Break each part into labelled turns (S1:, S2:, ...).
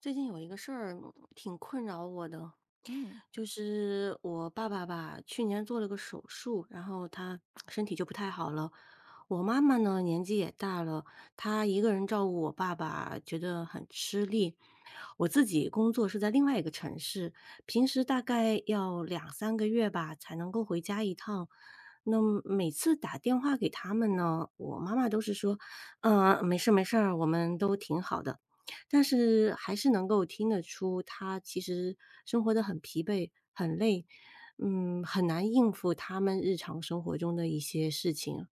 S1: 最近有一个事儿挺困扰我的，
S2: 嗯
S1: 就是我爸爸吧，去年做了个手术，然后他身体就不太好了。我妈妈呢，年纪也大了，她一个人照顾我爸爸，觉得很吃力。我自己工作是在另外一个城市，平时大概要两三个月吧才能够回家一趟。那么每次打电话给他们呢，我妈妈都是说：“嗯、没事没事儿我们都挺好的。”但是还是能够听得出他其实生活得很疲惫、很累，很难应付他们日常生活中的一些事情。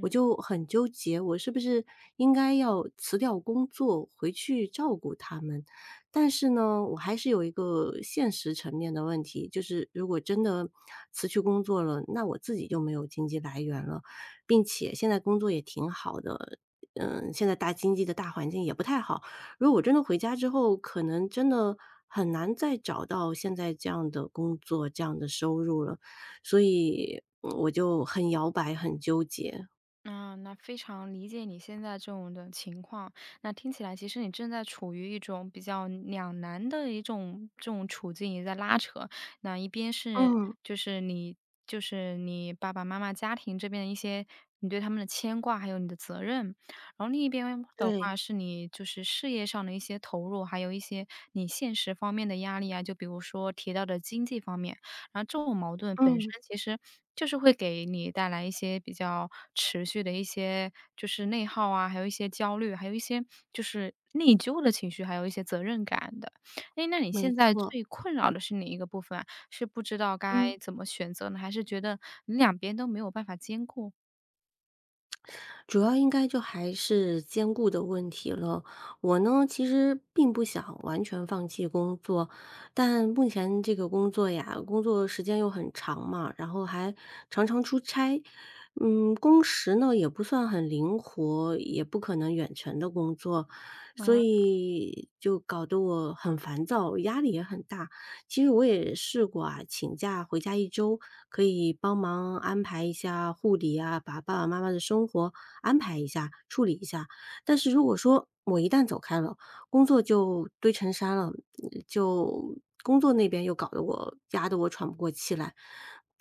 S1: 我就很纠结，我是不是应该要辞掉工作回去照顾他们？但是呢，我还是有一个现实层面的问题，就是如果真的辞去工作了，那我自己就没有经济来源了，并且现在工作也挺好的，现在大经济的大环境也不太好。如果我真的回家之后，可能真的很难再找到现在这样的工作、这样的收入了，所以我就很摇摆、很纠结。
S2: 那非常理解你现在这种的情况。那听起来，其实你正在处于一种比较两难的一种这种处境，也在拉扯。那一边是
S1: 嗯，
S2: 就是你爸爸妈妈家庭这边的一些你对他们的牵挂，还有你的责任。然后另一边的话
S1: 对，
S2: 是你就是事业上的一些投入，还有一些你现实方面的压力啊，就比如说提到的经济方面。然后这种矛盾本身
S1: 嗯，
S2: 其实就是会给你带来一些比较持续的一些就是内耗啊，还有一些焦虑，还有一些就是内疚的情绪，还有一些责任感的。哎，那你
S1: 没
S2: 现在
S1: 错，
S2: 最困扰的是哪一个部分啊？是不知道
S1: 嗯。
S2: 该怎么选择呢，还是觉得你两边都没有办法兼顾？
S1: 主要应该就还是兼顾的问题了。我呢，其实并不想完全放弃工作，但目前这个工作呀，工作时间又很长嘛，然后还常常出差，工时呢也不算很灵活，也不可能远程的工作，所以就搞得我很烦躁，压力也很大。其实我也试过啊，请假回家一周，可以帮忙安排一下护理啊，把爸爸妈妈的生活安排一下，处理一下。但是如果说我一旦走开了，工作就堆成山了，就工作那边又搞得我压得我喘不过气来。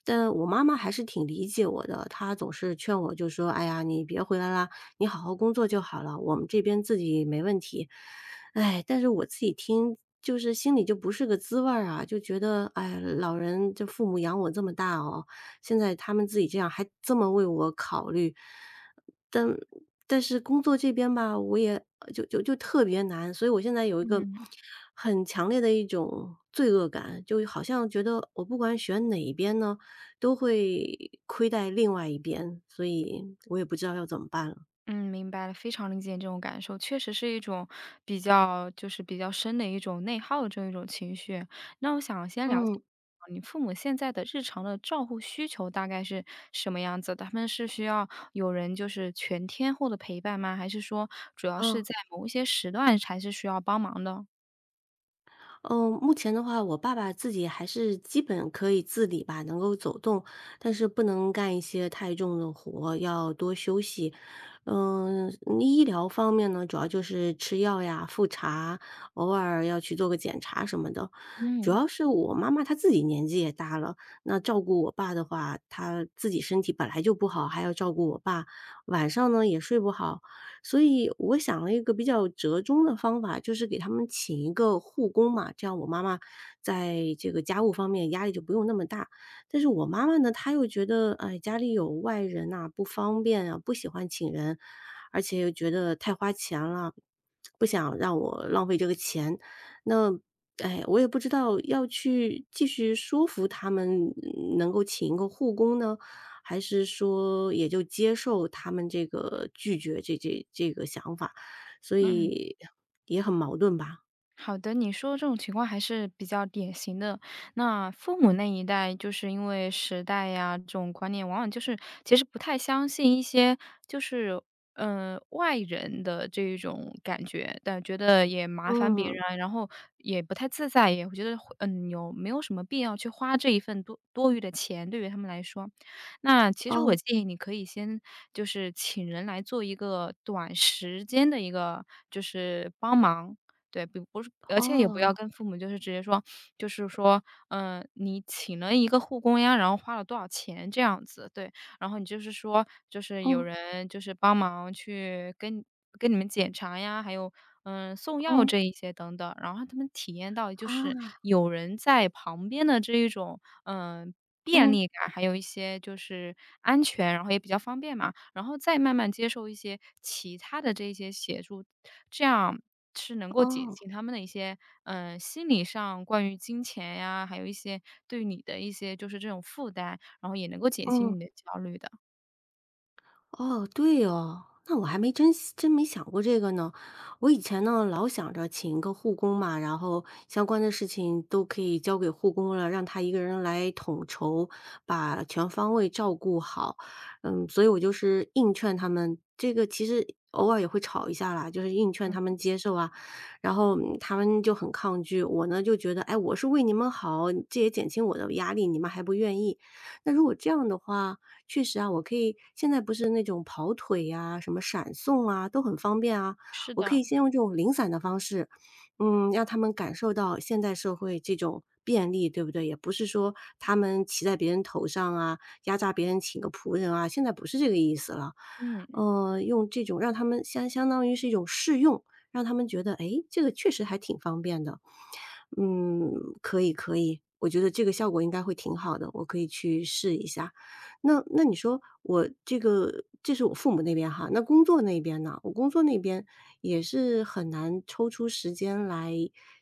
S1: 但我妈妈还是挺理解我的，她总是劝我就说：“哎呀，你别回来啦，你好好工作就好了，我们这边自己没问题。”哎，但是我自己听，就是心里就不是个滋味儿啊，就觉得，哎，老人这父母养我这么大哦，现在他们自己这样还这么为我考虑，但但是工作这边吧，我也就特别难，所以我现在有一个
S2: 嗯。
S1: 很强烈的一种罪恶感，就好像觉得我不管选哪一边呢，都会亏待另外一边，所以我也不知道要怎么办了。
S2: 嗯，明白了，非常理解你这种感受，确实是一种比较就是比较深的一种内耗的这样一种情绪。那我想先了解
S1: 嗯，
S2: 你父母现在的日常的照护需求大概是什么样子的？他们是需要有人就是全天候的陪伴吗？还是说主要是
S1: 哦。
S2: 在某一些时段才是需要帮忙的？
S1: 嗯，目前的话，我爸爸自己还是基本可以自理吧，能够走动，但是不能干一些太重的活，要多休息。医疗方面呢，主要就是吃药呀、复查，偶尔要去做个检查什么的。主
S2: 嗯
S1: 要是我妈妈她自己年纪也大了，那照顾我爸的话，她自己身体本来就不好，还要照顾我爸，晚上呢也睡不好。所以我想了一个比较折中的方法，就是给他们请一个护工嘛，这样我妈妈在这个家务方面压力就不用那么大。但是我妈妈呢，她又觉得，哎，家里有外人呐、不方便啊，不喜欢请人，而且又觉得太花钱了，不想让我浪费这个钱。那哎，我也不知道要去继续说服他们能够请一个护工呢，还是说也就接受他们这个拒绝这个想法，所
S2: 嗯，
S1: 以也很矛盾吧？
S2: 好的，你说的这种情况还是比较典型的。那父母那一代，就是因为时代呀，这种观念，往往就是其实不太相信一些就是，外人的这一种感觉，但觉得也麻烦别
S1: 嗯，
S2: 人啊然后也不太自在，也会觉得会有没有什么必要去花这一份多多余的钱，对于他们来说。那其实我
S1: 哦，
S2: 建议你可以先就是请人来做一个短时间的一个就是帮忙。对，不是而且也不
S1: 哦，
S2: 要跟父母就是直接说，就是说，嗯，你请了一个护工呀，然后花了多少钱这样子，对。然后你就是说，就是有
S1: 嗯，
S2: 人就是帮忙去跟你们检查呀，还有，嗯，送药
S1: 嗯，
S2: 这一些等等，然后让他们体验到就是
S1: 啊，
S2: 有人在旁边的这一种，嗯便
S1: 嗯，
S2: 利感，还有一些就是安全，然后也比较方便嘛，然后再慢慢接受一些其他的这些协助，这样是能够减
S1: 哦，
S2: 轻他们的一些，心理上关于金钱呀，还有一些对你的一些就是这种负担，然后也能够减轻
S1: 嗯。
S2: 你的焦虑的。
S1: 哦，对哦，那我还没真没想过这个呢。我以前呢，老想着请一个护工嘛，然后相关的事情都可以交给护工了，让他一个人来统筹，把全方位照顾好。嗯，所以我就是硬劝他们，这个其实偶尔也会吵一下啦，就是硬劝他
S2: 嗯，
S1: 们接受啊。然后他们就很抗拒，我呢就觉得，哎，我是为你们好，这也减轻我的压力，你们还不愿意。那如果这样的话，确实啊，我可以现在不是那种跑腿呀、什么闪送啊，都很方便啊。
S2: 是
S1: 我可
S2: 的，
S1: 以先用这种零散的方式，让他们感受到现代社会这种便利，对不对？也不是说他们骑在别人头上啊，压榨别人请个仆人啊，现在不是这个意思了。
S2: 嗯。
S1: 用这种让他们相当于是一种试用，让他们觉得，哎，这个确实还挺方便的。嗯，可以可以，我觉得这个效果应该会挺好的，我可以去试一下。那你说我这个这是我父母那边哈，那工作那边呢？我工作那边也是很难抽出时间来，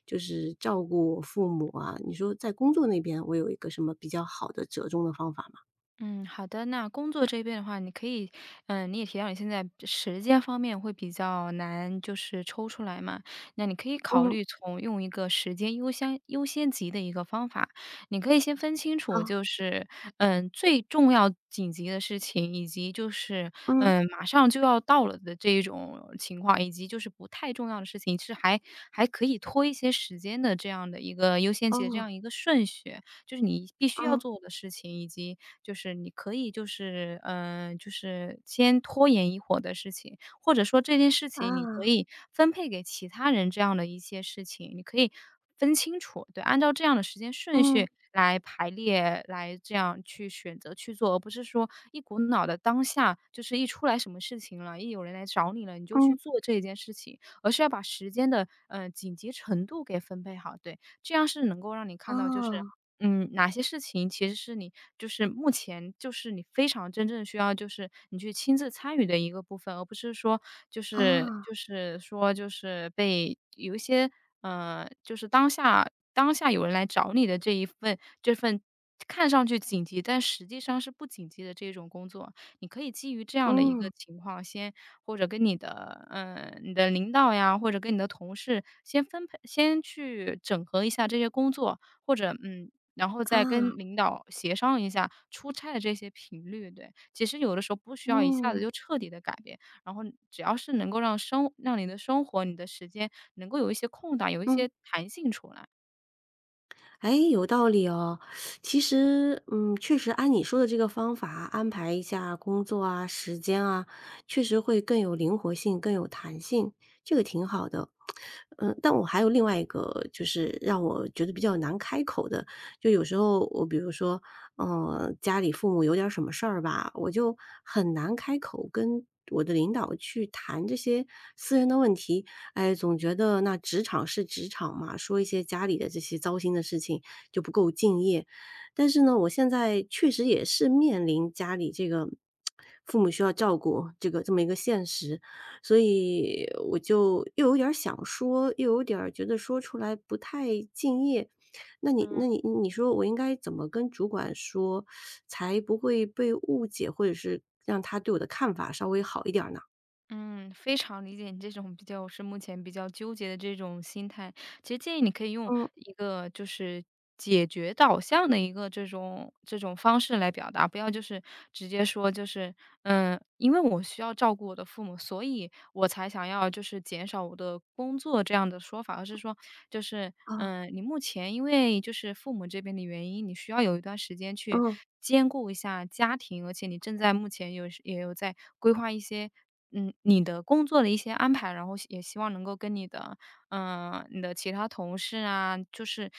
S1: 就是照顾我父母啊。你说在工作那边，我有一个什么比较好的折中的方法吗？
S2: 嗯，好的。那工作这边的话，你可以，嗯，你也提到你现在时间方面会比较难，就是抽出来嘛。那你可以考
S1: 嗯，
S2: 虑从用一个时间优先级的一个方法，你可以先分清楚，
S1: 啊，
S2: 就是最重要紧急的事情，以及就是
S1: 嗯，
S2: 马上就要到了的这一种情况，以及就是不太重要的事情，是还可以拖一些时间的这样的一个优先级的这
S1: 哦，
S2: 样一个顺序。就是你必须要
S1: 嗯，
S2: 做的事情，以及就是你可以就是就是先拖延一会儿的事情，或者说这件事情你可
S1: 啊，
S2: 以分配给其他人这样的一些事情，你可以分清楚，对，按照这样的时间顺
S1: 嗯，
S2: 序来排列，来这样去选择去做，而不是说一股脑的当下就是一出来什么事情了，一有人来找你了，你就去
S1: 嗯，
S2: 做这一件事情，而是要把时间的紧急程度给分配好，对，这样是能够让你看到就是
S1: 啊，
S2: 嗯，哪些事情其实是你就是目前就是你非常真正需要就是你去亲自参与的一个部分，而不是说就是
S1: 啊，
S2: 就是说就是被有一些就是当下有人来找你的这一份这份看上去紧急，但实际上是不紧急的这种工作。你可以基于这样的一个
S1: 嗯，
S2: 情况，先或者跟你的嗯你的领导呀，或者跟你的同事先分配，先去整合一下这些工作，或者嗯然后再
S1: 啊，
S2: 跟领导协商一下出差的这些频率，对。其实有的时候不需要一下子
S1: 嗯，
S2: 就彻底的改变，然后只要是能够让生让你的生活、你的时间能够有一些空档、有一
S1: 嗯。
S2: 些弹性出来。
S1: 哎，有道理哦。其实，确实按你说的这个方法安排一下工作啊、时间啊，确实会更有灵活性、更有弹性，这个挺好的。嗯，但我还有另外一个，就是让我觉得比较难开口的，就有时候我比如说，家里父母有点儿什么事儿吧，我就很难开口跟我的领导去谈这些私人的问题。哎，总觉得那职场是职场嘛，说一些家里的这些糟心的事情就不够敬业。但是呢，我现在确实也是面临家里这个父母需要照顾这个这么一个现实，所以我就又有点儿想说，又有点儿觉得说出来不太敬业。那你
S2: 嗯
S1: 那你你说我应该怎么跟主管说，才不会被误解，或者是让他对我的看法稍微好一点儿呢？
S2: 嗯，非常理解你这种比较是目前比较纠结的这种心态。其实建议你可以用
S1: 嗯。
S2: 一个就是解决导向的一个这种方式来表达，不要就是直接说就是，嗯，因为我需要照顾我的父母，所以我才想要就是减少我的工作这样的说法，而是说就是，
S1: 啊，
S2: 嗯，你目前因为就是父母这边的原因，你需要有一段时间去
S1: 嗯，
S2: 兼顾一下家庭，而且你正在目前有也有在规划一些。嗯，你的工作的一些安排，然后也希望能够跟你的嗯，你的其他同事啊，就是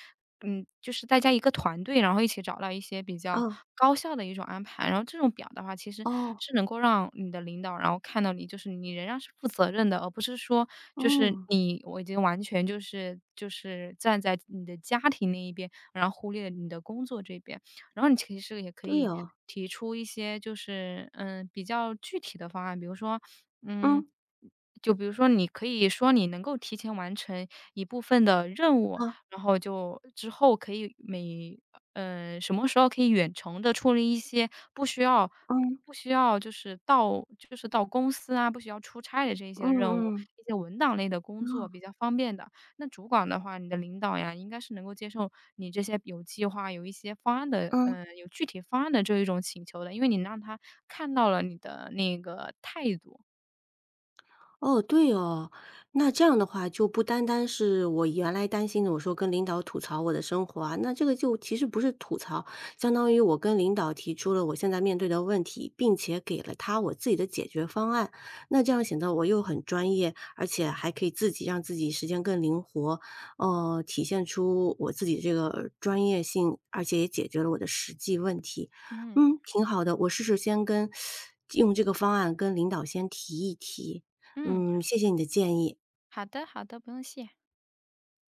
S2: 嗯，就是大家一个团队，然后一起找到一些比较
S1: 啊，
S2: 高效的一种安排。然后这种表的话，其实
S1: 哦。
S2: 是能够让你的领导，然后看到你，就是你仍然是负责任的，而不是说就是
S1: 嗯，
S2: 你我已经完全就是站在你的家庭那一边，然后忽略了你的工作这边。然后你其实也可
S1: 对
S2: 以
S1: 哦，
S2: 提出一些就是比较具体的方案，比如说嗯。
S1: 嗯，
S2: 就比如说，你可以说你能够提前完成一部分的任务，
S1: 好，
S2: 然后就之后可以每什么时候可以远程的处理一些不需要
S1: 嗯，
S2: 不需要就是到公司啊，不需要出差的这一
S1: 嗯
S2: 些任务，
S1: 嗯，
S2: 一些文档类的工作
S1: 嗯，
S2: 比较方便的。那主管的话，你的领导呀，应该是能够接受你这些有计划、有一些方案的，
S1: 嗯。
S2: 嗯，有具体方案的这一种请求的，因为你让他看到了你的那个态度。
S1: 哦，对哦，那这样的话就不单单是我原来担心的，我说跟领导吐槽我的生活啊，那这个就其实不是吐槽，相当于我跟领导提出了我现在面对的问题，并且给了他我自己的解决方案。那这样显得我又很专业，而且还可以自己让自己时间更灵活，体现出我自己这个专业性，而且也解决了我的实际问题。
S2: 嗯
S1: 嗯，挺好的，我试试先跟 用这个方案跟领导先提一提。
S2: 嗯，
S1: 嗯，谢谢你的建议。
S2: 好的好的，不用谢。